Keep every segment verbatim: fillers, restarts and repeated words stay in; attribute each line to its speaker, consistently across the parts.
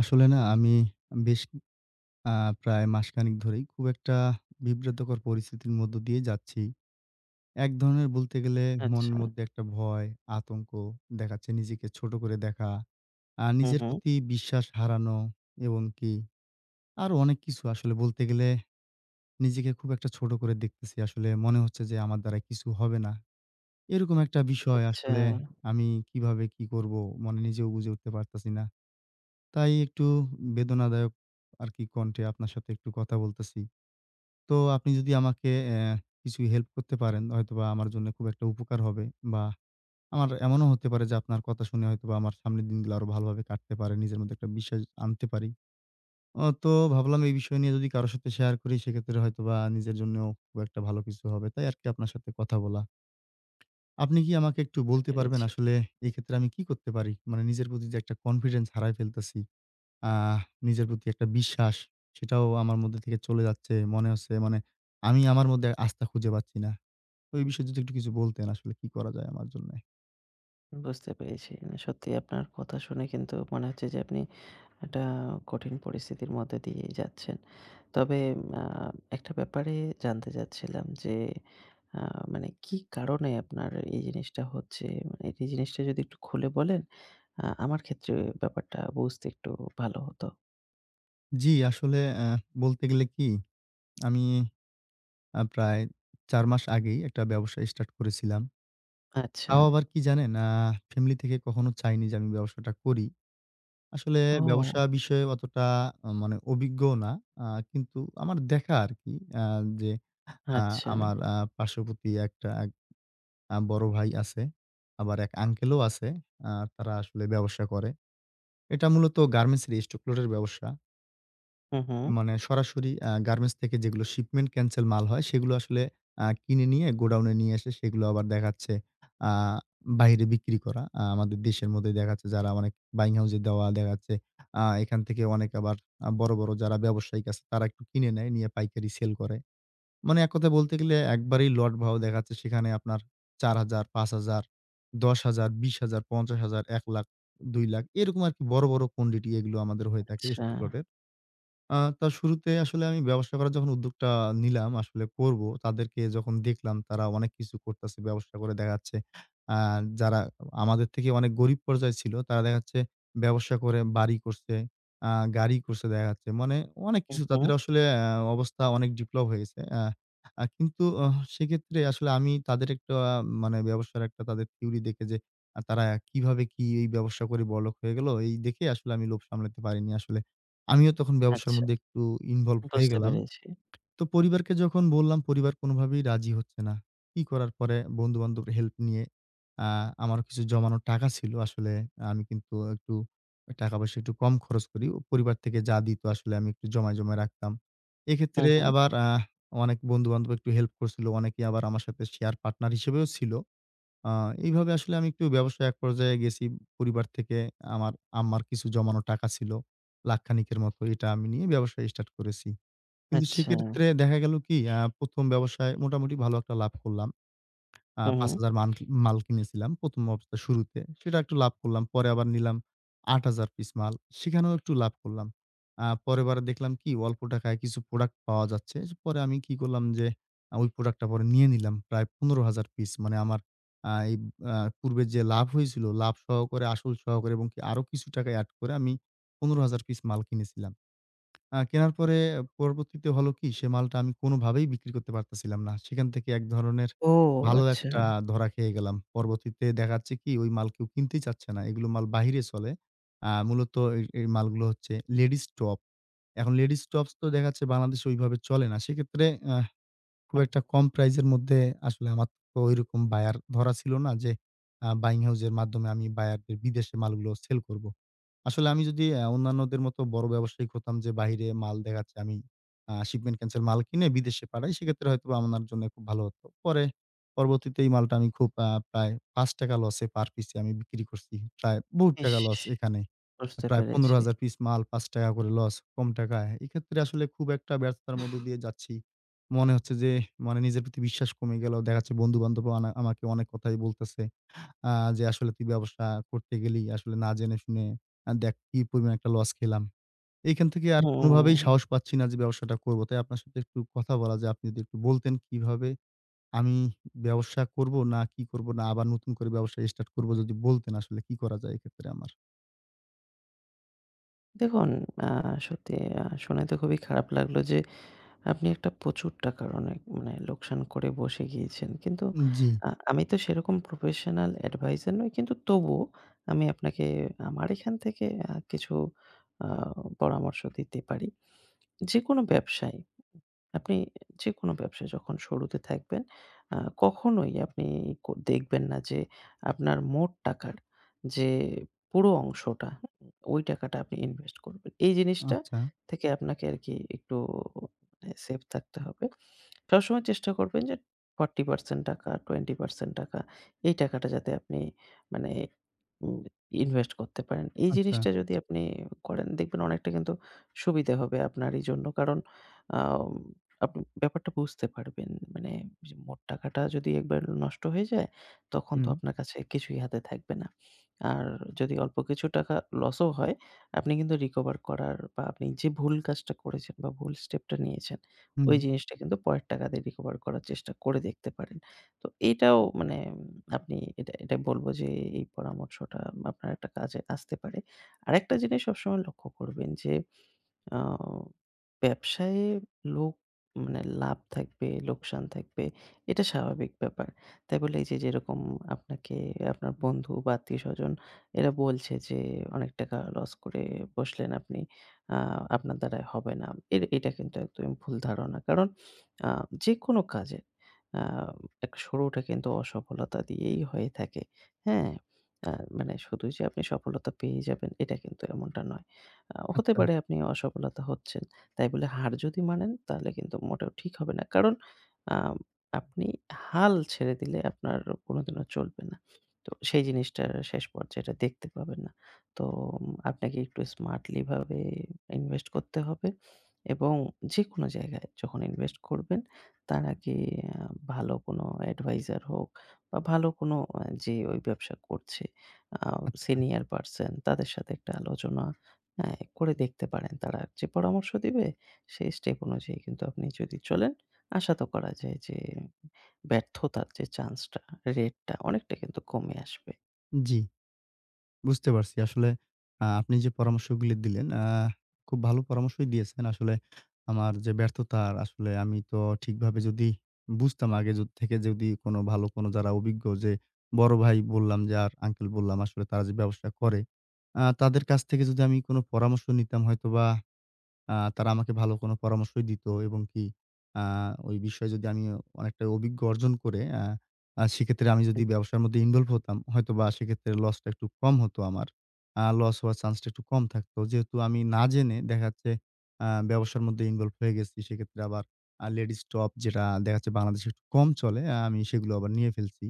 Speaker 1: আসলে না আমি বেশ আ প্রায় মাসখানেক ধরেই খুব একটা বিব্রতকর পরিস্থিতির মধ্য দিয়ে যাচ্ছি। এক ধরনের বলতে গেলে
Speaker 2: আচ্ছা।
Speaker 1: মনের মধ্যে একটা ভয়, আতঙ্ক দেখাচ্ছে নিজেকে ছোট করে দেখা, আ
Speaker 2: হু,
Speaker 1: নিজের
Speaker 2: হু।
Speaker 1: প্রতি বিশ্বাস হারানো এবং কি আরো অনেক কিছু আসলে বলতে গেলে নিজেকে খুব একটা ছোট করে দেখতেছি। আসলে মনে হচ্ছে যে আমার দ্বারা কিছু হবে না। এরকম একটা বিষয়
Speaker 2: আচ্ছা,
Speaker 1: আসলে আমি কিভাবে কি করব? মানে নিজেও বুঝে উঠতে পারতেছি না। তাই একটু বেদনাদায়ক আরকি কণ্ঠে আপনার সাথে একটু কথা বলতেছি। তো আপনি যদি আমাকে অ্যা কিছু হেল্প করতে পারেন, হয়তোবা আমার জন্য খুব একটা উপকার হবে বা আমার এমনও হতে পারে যে আপনার কথা শুনে হয়তোবা আমার সামনের দিনগুলো আরো ভালোভাবে কাটতে পারে। নিজের মধ্যে একটা বিশ্বাস আনতে পারি। অ তো ভাবলাম এই বিষয় নিয়ে যদি কারো সাথে শেয়ার করি সেক্ষেত্রে হয়তোবা নিজের জন্যও খুব একটা ভালো কিছু হবে। তাই আরকি আপনার সাথে কথা বলা। আপনি কি আমাকে একটু
Speaker 2: বুঝতে
Speaker 1: বলতে পারবেন
Speaker 2: পেরেছি,
Speaker 1: আসলে এক্ষেত্রে আমি কি করতে পারি? মানে নিজের প্রতি যে একটা কনফিডেন্স হারায় ফেলতেছি। আহ নিজের প্রতি একটা বিশ্বাস, সেটাও আমার মধ্যে থেকে চলে যাচ্ছে। মনে হচ্ছে মানে আমি আমার মধ্যে আস্থা খুঁজে পাচ্ছি না। তো এই বিষয়ে যদি একটু কিছু বলতেন আসলে কি করা যায় আমার জন্যে?
Speaker 2: বুঝতে পেরেছি। না সত্যি আপনার কথা শুনে কিন্তু মনে হচ্ছে যে আপনি একটা কঠিন পরিস্থিতির মধ্যে দিয়ে যাচ্ছেন। তবে আ একটা ব্যাপারে জানতে চাচ্ছিলাম যে আ মানে কি কারণে আপনার এই জিনিসটা হচ্ছে? মানে এই জিনিসটা যদি একটু খুলে বলেন, আ আমার ক্ষেত্রে ব্যাপারটা বুঝতে একটু ভালো হতো।
Speaker 1: জি, আসলে অ্যা বলতে গেলে কি আমি আ প্রায় চার মাস আগেই একটা ব্যবসা স্টার্ট করেছিলাম।
Speaker 2: আচ্ছা।
Speaker 1: তাও আবার কি জানেন? আ ফ্যামিলি থেকে কখনো চাইনি যে আমি ব্যবসাটা করি। আসলে ব্যবসা
Speaker 2: ও!
Speaker 1: বিষয়ে অতটা আ মানে অভিজ্ঞও না। আ কিন্তু আমার দেখা আরকি আ যে আ
Speaker 2: আচ্ছা।
Speaker 1: আমার আ পার্শ্ববর্তী একটা আ বড় ভাই আছে। আবার এক আঙ্কেলও আছে। আ তারা আসলে ব্যবসা করে। এটা মূলত গার্মেন্টসের স্টকলোডের ব্যবসা।
Speaker 2: হু, হু।
Speaker 1: মানে সরাসরি আ গার্মেন্টস থেকে যেগুলো শিপমেন্ট ক্যানসেল মাল হয়, সেগুলো আসলে আ কিনে নিয়ে গোডাউনে নিয়ে এসে সেগুলো আবার দেখাচ্ছে আ বাইরে বিক্রি করা। আ আমাদের দেশের মধ্যেই দেখাচ্ছে যারা অনেক বাইং হাউসে দেওয়া দেখাচ্ছে। আ এখান থেকে অনেক আবার আ বড়, বড় যারা ব্যবসায়িক আছে তারা একটু কিনে নেয়, নিয়ে পাইকারি সেল করে। মানে এক কথায় বলতে গেলে একবারেই লট ভাও দেখাচ্ছে সেখানে আপনার চার হাজার, পাঁচ হাজার, দশ হাজার, বিশ হাজার, পঞ্চাশ হাজার, এক লাখ, দুই লাখ এরকম আরকি বড়, বড় কোয়ান্টিটি এগুলো আমাদের হয়ে থাকে
Speaker 2: আচ্ছা।
Speaker 1: স্টক লটের। আ তো শুরুতে আসলে আমি ব্যবসা করার যখন উদ্যোগটা নিলাম আসলে করব, তাদেরকে যখন দেখলাম তারা অনেক কিছু করতেছে ব্যবসা করে দেখা যাচ্ছে আ যারা আমাদের থেকে অনেক গরিব পর্যায়ে ছিল তারা দেখা যাচ্ছে ব্যবসা করে বাড়ি করছে, আ গাড়ি করছে দেখা যাচ্ছে। মানে অনেক
Speaker 2: হু,
Speaker 1: কিছু
Speaker 2: হু।
Speaker 1: তাদের আসলে আ অবস্থা অনেক ডেভেলপ হয়ে গেছে। আ আ কিন্তু আহ সেক্ষেত্রে আসলে আমি তাদের একটা আহ, মানে ব্যবসার একটা তাদের থিওরি দেখে যে আ তারা কিভাবে কি এই ব্যবসা করে বড়লোক হয়ে গেল এই দেখে আসলে আমি লোভ সামলাতে পারিনি আসলে। আমিও তখন ব্যবসার
Speaker 2: আচ্ছা,
Speaker 1: মধ্যে একটু ইনভলভ হয়ে
Speaker 2: বুঝতে
Speaker 1: গেলাম।
Speaker 2: পেরেছি।
Speaker 1: তো পরিবারকে যখন বললাম, পরিবার কোনভাবেই রাজি হচ্ছে না। কি করার পরে বন্ধু-বান্ধবের হেল্প নিয়ে আ আমারও কিছু জমানো টাকা ছিল আসলে। আমি কিন্তু একটু টাকা-পয়সা একটু কম খরচ করি। পরিবার থেকে যা দিত আসলে আমি একটু জমায়, জমায় রাখতাম।
Speaker 2: হু,
Speaker 1: এক্ষেত্রে
Speaker 2: হু।
Speaker 1: আবার আহ অনেক বন্ধু-বান্ধব একটু হেল্প করছিল। অনেকেই আবার আমার সাথে শেয়ার পার্টনার হিসেবেও ছিল। আ এইভাবে আসলে আমি একটু ব্যবসায় এক পর্যায়ে গেছি। পরিবার থেকে আমার আম্মার কিছু জমানো টাকা ছিল। লাখখানিকের মতো এটা আমি নিয়ে ব্যবসা স্টার্ট করেছি। কিন্তু
Speaker 2: আচ্ছা।
Speaker 1: সেক্ষেত্রে দেখা গেল কি আ ১ম ব্যবসায় মোটামুটি ভালো একটা লাভ করলাম। আ
Speaker 2: হু, হু।
Speaker 1: পাঁচ হাজার মান মাল কিনেছিলাম ১ম অবস্থার শুরুতে। সেটা একটু লাভ করলাম। পরে আবার নিলাম আট হাজার পিস মাল। সেখানেও একটু লাভ করলাম। আ পরেরবার দেখলাম কি অল্প টাকায় কিছু প্রোডাক্ট পাওয়া যাচ্ছে। পরে আমি কি করলাম যে আ ওই প্রোডাক্টটা পরে নিয়ে নিলাম প্রায় পনেরো হাজার পিস। মানে আমার আ এই আ পূর্বের যে লাভ হয়েছিল, লাভ সহকারে, আসল সহকারে এবং কি আরো কিছু টাকা এড করে আমি পনেরো হাজার পিস মাল কিনেছিলাম। আ কেনার পরে পরবর্তীতে হলো কি? সে মালটা আমি কোনোভাবেই বিক্রি করতে পারতেছিলাম না। সেখান থেকে এক ধরনের
Speaker 2: ও
Speaker 1: ভালো
Speaker 2: আচ্ছা।
Speaker 1: একটা ধরা খেয়ে গেলাম। পরবর্তীতে দেখা যাচ্ছে কি? ওই মাল কেউ কিনতেই চাচ্ছে না। এগুলো মাল বাহিরে চলে। আ মূলত এই, এই মালগুলো হচ্ছে লেডিস টপ। এখন লেডিস টপস তো দেখা যাচ্ছে বাংলাদেশে ওইভাবে চলে না। সেক্ষেত্রে আ খুব
Speaker 2: হুম,
Speaker 1: একটা
Speaker 2: হুম।
Speaker 1: কম প্রাইজের মধ্যে আসলে আমার তো ঐরকম বায়ার ধরা ছিল না যে আ বাইং হাউসের মাধ্যমে আমি বায়ারদের বিদেশে মালগুলো সেল করব। আসলে আমি যদি আ অন্যান্যদের মতো বড় ব্যবসায়িক হতাম যে বাহিরে মাল দেখাচ্ছে আমি আ শিপমেন্ট ক্যান্সেল মাল কিনে বিদেশে পাঠাই, সেক্ষেত্রে হয়তোবা আমার জন্য খুব ভালো হতো। পরে পরবর্তীতে এই মালটা আমি খুব আ প্রায় ৳পাঁচ লসে পার পিসে আমি বিক্রি করছি। প্রায় বহুত টাকা
Speaker 2: ইস!
Speaker 1: লস এখানে।
Speaker 2: বুঝতে
Speaker 1: প্রায়
Speaker 2: পেরেছি।
Speaker 1: পনেরো হাজার পিস মাল ৳পাঁচ করে লস, কম টাকায়। এক্ষেত্রে আসলে খুব একটা ব্যর্থতার মধ্য দিয়ে যাচ্ছি। মনে হচ্ছে যে মানে নিজের প্রতি বিশ্বাস কমে গেল। দেখা যাচ্ছে বন্ধু-বান্ধবও আনা আমাকে অনেক কথাই বলতেছে আ যে, "আসলে তুই ব্যবসা করতে গেলি আসলে না জেনে শুনে। আ দেখ কি পরিমাণ একটা লস খেলাম।" এইখান থেকে আর কোনোভাবেই
Speaker 2: হুম।
Speaker 1: সাহস পাচ্ছি না যে ব্যবসাটা করব। তাই আপনার সাথে একটু কথা বলা যে আপনি যদি একটু বলতেন কিভাবে আমি ব্যবসা করব না কি করব না আবার নতুন করে ব্যবসা স্টার্ট করব যদি বলতেন আসলে কি করা যায় এক্ষেত্রে আমার?
Speaker 2: দেখুন, আ সত্যি আ শুনে তো খুবই খারাপ লাগলো যে আপনি একটা প্রচুর টাকার অনেক মানে লোকসান করে বসে গিয়েছেন। কিন্তু
Speaker 1: জি,
Speaker 2: আ আমি তো সেরকম প্রফেশনাল অ্যাডভাইজার নই। কিন্তু তবুও আমি আপনাকে আমার এখান থেকে আ কিছু আ পরামর্শ দিতে পারি। যেকোনো ব্যবসায় আপনি যেকোনো ব্যবসায় যখন শুরুতে থাকবেন, আ কখনোই আপনি ক দেখবেন না যে আপনার মোট টাকার যে পুরো অংশটা, হুম, ওই টাকাটা আপনি ইনভেস্ট করবেন। এই জিনিসটা
Speaker 1: আচ্ছা।
Speaker 2: থেকে আপনাকে আরকি একটু মানে সেফ থাকতে হবে। সবসময় চেষ্টা করবেন যে চল্লিশ পার্সেন্ট টাকা, বিশ পার্সেন্ট টাকা এই টাকাটা যাতে আপনি মানে উম ইনভেস্ট করতে পারেন। এই
Speaker 1: আচ্ছা।
Speaker 2: জিনিসটা যদি আপনি করেন দেখবেন অনেকটা কিন্তু সুবিধা হবে আপনারই জন্য। কারণ আম আপনি ব্যাপারটা বুঝতে পারবেন। মানে যে মোট টাকাটা যদি একবার নষ্ট হয়ে যায় তখন তো
Speaker 1: হুম,
Speaker 2: আপনার কাছে কিছুই হাতে থাকবে না। আর যদি অল্প কিছু টাকা লসও হয় আপনি কিন্তু রিকভার করার বা আপনি যে ভুল কাজটা করেছেন বা ভুল স্টেপটা নিয়েছেন
Speaker 1: হুম।
Speaker 2: ওই জিনিসটা কিন্তু পরের টাকা দিয়ে রিকভার করার চেষ্টা করে দেখতে পারেন। তো এটাও মানে আপনি এটা এটা বলব যে এই পরামর্শটা আপনার একটা কাজে আসতে পারে। আরেকটা জিনিস সবসময় লক্ষ্য করবেন যে আ ব্যবসায়ে লোক মানে লাভ থাকবে, লোকসান থাকবে, এটা স্বাভাবিক ব্যাপার। তাই বলে এই যে যেরকম আপনাকে আপনার বন্ধু বা আত্মীয়স্বজন এরা বলছে যে অনেক টাকা লস করে বসলেন আপনি। আ আপনার দ্বারায় হবে না। এর এটা কিন্তু একদমই ভুল ধারণা। কারণ আ যেকোনো কাজের আ একটা শুরুটা কিন্তু অসফলতা দিয়েই হয়ে থাকে। হ্যাঁ? আ মানে শুধু যে আপনি সফলতা পেয়ে যাবেন এটা কিন্তু এমনটা নয়। আ হতে
Speaker 1: আচ্ছা,
Speaker 2: পারে আপনি অসফলতা হচ্ছেন। তাই বলে হার যদি মানেন তাহলে কিন্তু মোটেও ঠিক হবে না। কারণ আম আপনি হাল ছেড়ে দিলে আপনার কোনদিনও চলবে না। তো সেই জিনিসটার শেষ পর্যায়েটা দেখতে পাবেন না। তো উম, আপনাকে একটু স্মার্টলি ভাবে ইনভেস্ট করতে হবে এবং যেকোনো জায়গায় যখন ইনভেস্ট করবেন তার আগে আ ভালো কোনো অ্যাডভাইজার হোক বা ভালো কোনো আ যে ওই ব্যবসা করছে আ
Speaker 1: আচ্ছা।
Speaker 2: সিনিয়র পারসন তাদের সাথে একটা আলোচনা হ্যাঁ, করে দেখতে পারেন। তারা যে পরামর্শ দিবে সেই স্টেপ অনুযায়ী কিন্তু আপনি যদি চলেন, আশা তো করা যায় যে ব্যর্থতার যে চান্সটা, রেটটা অনেকটা কিন্তু কমে আসবে।
Speaker 1: জি, বুঝতে পারছি। আসলে আ আপনি যে পরামর্শগুলি দিলেন, আ খুব ভালো পরামর্শই দিয়েছেন। আসলে আমার যে ব্যর্থতার আসলে আমি তো ঠিকভাবে যদি বুঝতাম আগে য থেকে যদি কোনো ভালো কোনো যারা অভিজ্ঞ যে বড় ভাই বললাম যে আর আঙ্কেল বললাম আসলে তারা যে ব্যবসা করে, আ তাদের কাছ থেকে যদি আমি কোনো পরামর্শ নিতাম হয়তোবা আ তারা আমাকে ভালো কোনো পরামর্শই দিত এবং কি আ ওই বিষয়ে যদি আমি অনেকটা অভিজ্ঞ অর্জন করে আ আ সেক্ষেত্রে আমি যদি ব্যবসার মধ্যে ইনভলভ হতাম, হয়তোবা সেক্ষেত্রে লসটা একটু কম হতো আমার। আ লস হওয়ার চান্সটা একটু কম থাকতো। যেহেতু আমি না জেনে দেখা যাচ্ছে আ ব্যবসার মধ্যে ইনভলভ হয়ে গেছি, সেক্ষেত্রে আবার আ লেডিস টপ যেটা দেখা যাচ্ছে বাংলাদেশে একটু কম চলে, আ আমি সেগুলো আবার নিয়ে ফেলছি।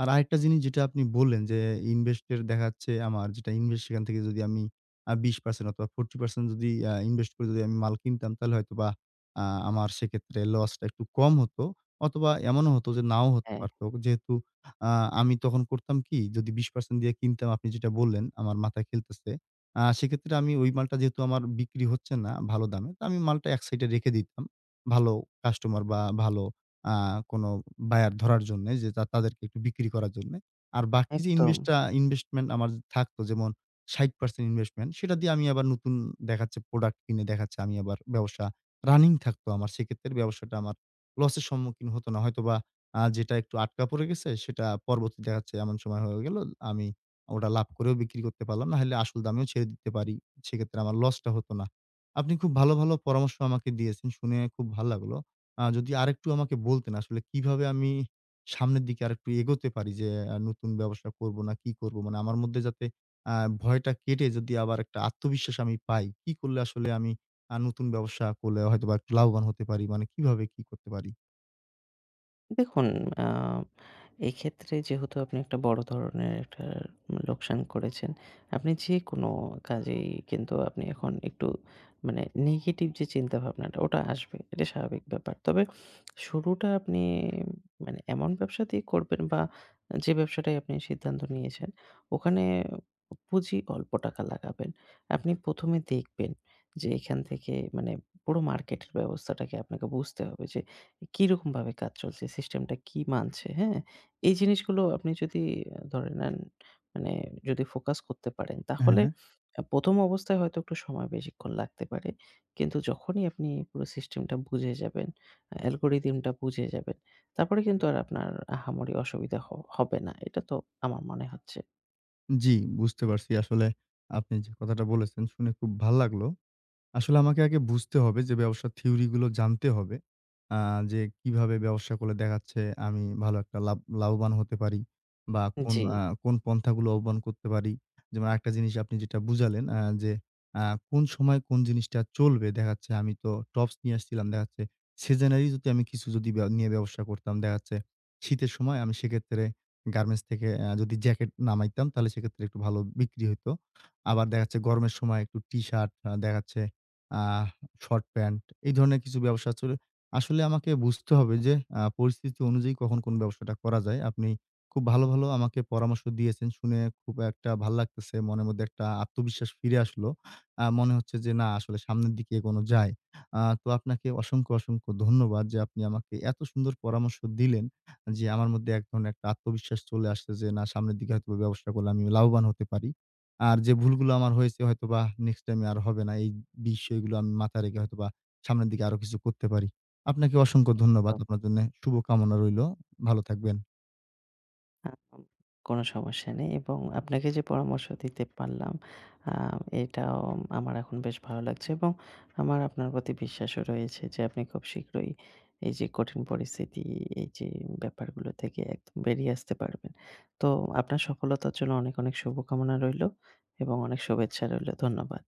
Speaker 1: আর আরেকটা জিনিস যেটা আপনি বললেন যে, ইনভেস্টের দেখা যাচ্ছে আমার যেটা ইনভেস্ট সেখান থেকে যদি আমি আ বিশ পার্সেন্ট অথবা চল্লিশ পার্সেন্ট যদি আ ইনভেস্ট করে যদি আমি মাল কিনতাম তাহলে হয়তোবা আ আমার সেক্ষেত্রে লসটা একটু কম হতো অথবা এমনও হতো যে নাও হতে
Speaker 2: হ্যাঁ,
Speaker 1: পারত। যেহেতু আ আমি তখন করতাম কি যদি বিশ পার্সেন্ট দিয়ে কিনতাম আপনি যেটা বললেন আমার মাথায় খেলতেছে। আ সেক্ষেত্রে আমি ওই মালটা যেহেতু আমার বিক্রি হচ্ছে না ভালো দামে তো আমি মালটা এক সাইডে রেখে দিতাম। ভালো কাস্টমার বা ভালো আ কোনো বায়ার ধরার জন্যে যে তা তাদেরকে একটু বিক্রি করার জন্যে। আর বাকি যে
Speaker 2: একদম।
Speaker 1: ইনভেস্টটা ইনভেস্টমেন্ট আমার থাকতো যেমন ষাট পার্সেন্ট ইনভেস্টমেন্ট সেটা দিয়ে আমি আবার নতুন দেখাচ্ছে প্রোডাক্ট কিনে দেখাচ্ছে আমি আবার ব্যবসা রানিং থাকতো আমার। সেক্ষেত্রে ব্যবসাটা আমার লসের সম্মুখীন হতো না। হয়তোবা আ যেটা একটু আটকা পড়ে গেছে সেটা পরবর্তী দেখাচ্ছে এমন সময় হয়ে গেল আমি ওটা লাভ করেও বিক্রি করতে পারলাম না। নাহলে আসল দামেও ছেড়ে দিতে পারি। সেক্ষেত্রে আমার লসটা হতো না। আপনি খুব ভালো, ভালো পরামর্শ আমাকে দিয়েছেন। শুনে খুব ভাল লাগলো। আ যদি আরেকটু আমাকে বলতেন আসলে কিভাবে আমি সামনের দিকে আরেকটু এগোতে পারি যে আ নতুন ব্যবসা করব না কি করব? মানে আমার মধ্যে যাতে আ ভয়টা কেটে যদি আবার একটা আত্মবিশ্বাস আমি পাই, কি করলে আসলে আমি আ নতুন ব্যবসা করলে হয়তোবা একটু লাভবান হতে পারি? মানে কিভাবে কি করতে পারি?
Speaker 2: দেখুন, আ এক্ষেত্রে যেহেতু আপনি একটা বড় ধরনের একটা লোকসান করেছেন, আপনি যেকোনো কাজেই কিন্তু আপনি এখন একটু মানে নেগেটিভ যে চিন্তাভাবনাটা ওটা আসবে। এটা স্বাভাবিক ব্যাপার। তবে শুরুটা আপনি মানে এমন ব্যবসা দিয়ে করবেন বা যে ব্যবসাটাই আপনি সিদ্ধান্ত নিয়েছেন, ওখানে পুঁজি অল্প টাকা লাগাবেন। আপনি প্রথম এ দেখবেন যে এখান থেকে মানে পুরো মার্কেটের ব্যবস্থাটাকে আপনাকে বুঝতে হবে যে কিরকমভাবে কাজ চলছে? সিস্টেমটা কি মানছে, হ্যাঁ? এই জিনিসগুলো আপনি যদি আহ, ধরে নেন মানে যদি ফোকাস করতে পারেন তাহলে
Speaker 1: হ্যাঁ।
Speaker 2: আ প্রথম অবস্থায় হয়তো একটু সময় বেশিক্ষণ লাগতে পারে। কিন্তু যখনই আপনি পুরো সিস্টেমটা বুঝে যাবেন, আ অ্যালগরিদমটা বুঝে যাবেন, তারপরে কিন্তু আর আপনার আহামরি অসুবিধা হ হবে না। এটা তো আমার মনে হচ্ছে।
Speaker 1: জি, বুঝতে পারছি। আসলে আপনি যে কথাটা বলেছেন শুনে খুব ভাল লাগলো। আসলে আমাকে আগে বুঝতে হবে যে ব্যবসার থিওরি গুলো জানতে হবে। আ যে কিভাবে ব্যবসা করলে দেখাচ্ছে আমি ভালো একটা লাভ লাভবান হতে পারি বা কোন
Speaker 2: জি।
Speaker 1: আ কোন পন্থাগুলো অবলম্বন করতে পারি। যেমন আরেকটা জিনিস আপনি যেটা বুঝালেন আ যে আ কোন সময় কোন জিনিসটা চলবে দেখাচ্ছে আমি তো টপস নিয়ে আসছিলাম দেখাচ্ছে সিজনারি যদি আমি কিছু যদি ব্যা নিয়ে ব্যবসা করতাম দেখাচ্ছে শীতের সময় আমি সেক্ষেত্রে গার্মেন্টস থেকে আ যদি জ্যাকেট নামাইতাম তাহলে সেক্ষেত্রে একটু ভালো বিক্রি হইতো। আবার দেখাচ্ছে গরমের সময় একটু টি-শার্ট আ দেখাচ্ছে আহ শর্ট প্যান্ট এই ধরনের কিছু ব্যবসা চলে আসলে আমাকে বুঝতে হবে যে আ পরিস্থিতি অনুযায়ী কখন কোন ব্যবসাটা করা যায়। আপনি খুব ভালো, ভালো আমাকে পরামর্শ দিয়েছেন শুনে খুব একটা ভাল লাগতেছে। মনের মধ্যে একটা আত্মবিশ্বাস ফিরে আসলো। আ মনে হচ্ছে যে না আসলে সামনের দিকে এগোনো যায়। আ তো আপনাকে অসংখ্য, অসংখ্য ধন্যবাদ যে আপনি আমাকে এত সুন্দর পরামর্শ দিলেন যে আমার মধ্যে এক ধরনের একটা আত্মবিশ্বাস চলে আসছে যে না সামনের দিকে হয়তো ব্যবসা করলে আমি লাভবান হতে পারি। আর যে ভুলগুলো আমার হয়েছে হয়তোবা নেক্সট টাইমে আর হবে না। এই বিষয়গুলো আমি মাথায় রেখে হয়তোবা সামনের দিকে আরো কিছু করতে পারি। আপনাকে অসংখ্য ধন্যবাদ। আপনার জন্য শুভকামনা রইলো। ভালো থাকবেন।
Speaker 2: আম কোনো সমস্যা নেই এবং আপনাকে যে পরামর্শ দিতে পারলাম আ এটাও আমার এখন বেশ ভালো লাগছে এবং আমার আপনার প্রতি বিশ্বাসও রয়েছে যে আপনি খুব শীঘ্রই এই যে কঠিন পরিস্থিতি, এই যে ব্যাপারগুলো থেকে একদম বেরিয়ে আসতে পারবেন। তো আপনার সফলতার জন্য অনেক, অনেক শুভকামনা রইলো এবং অনেক শুভেচ্ছা রইলো। ধন্যবাদ।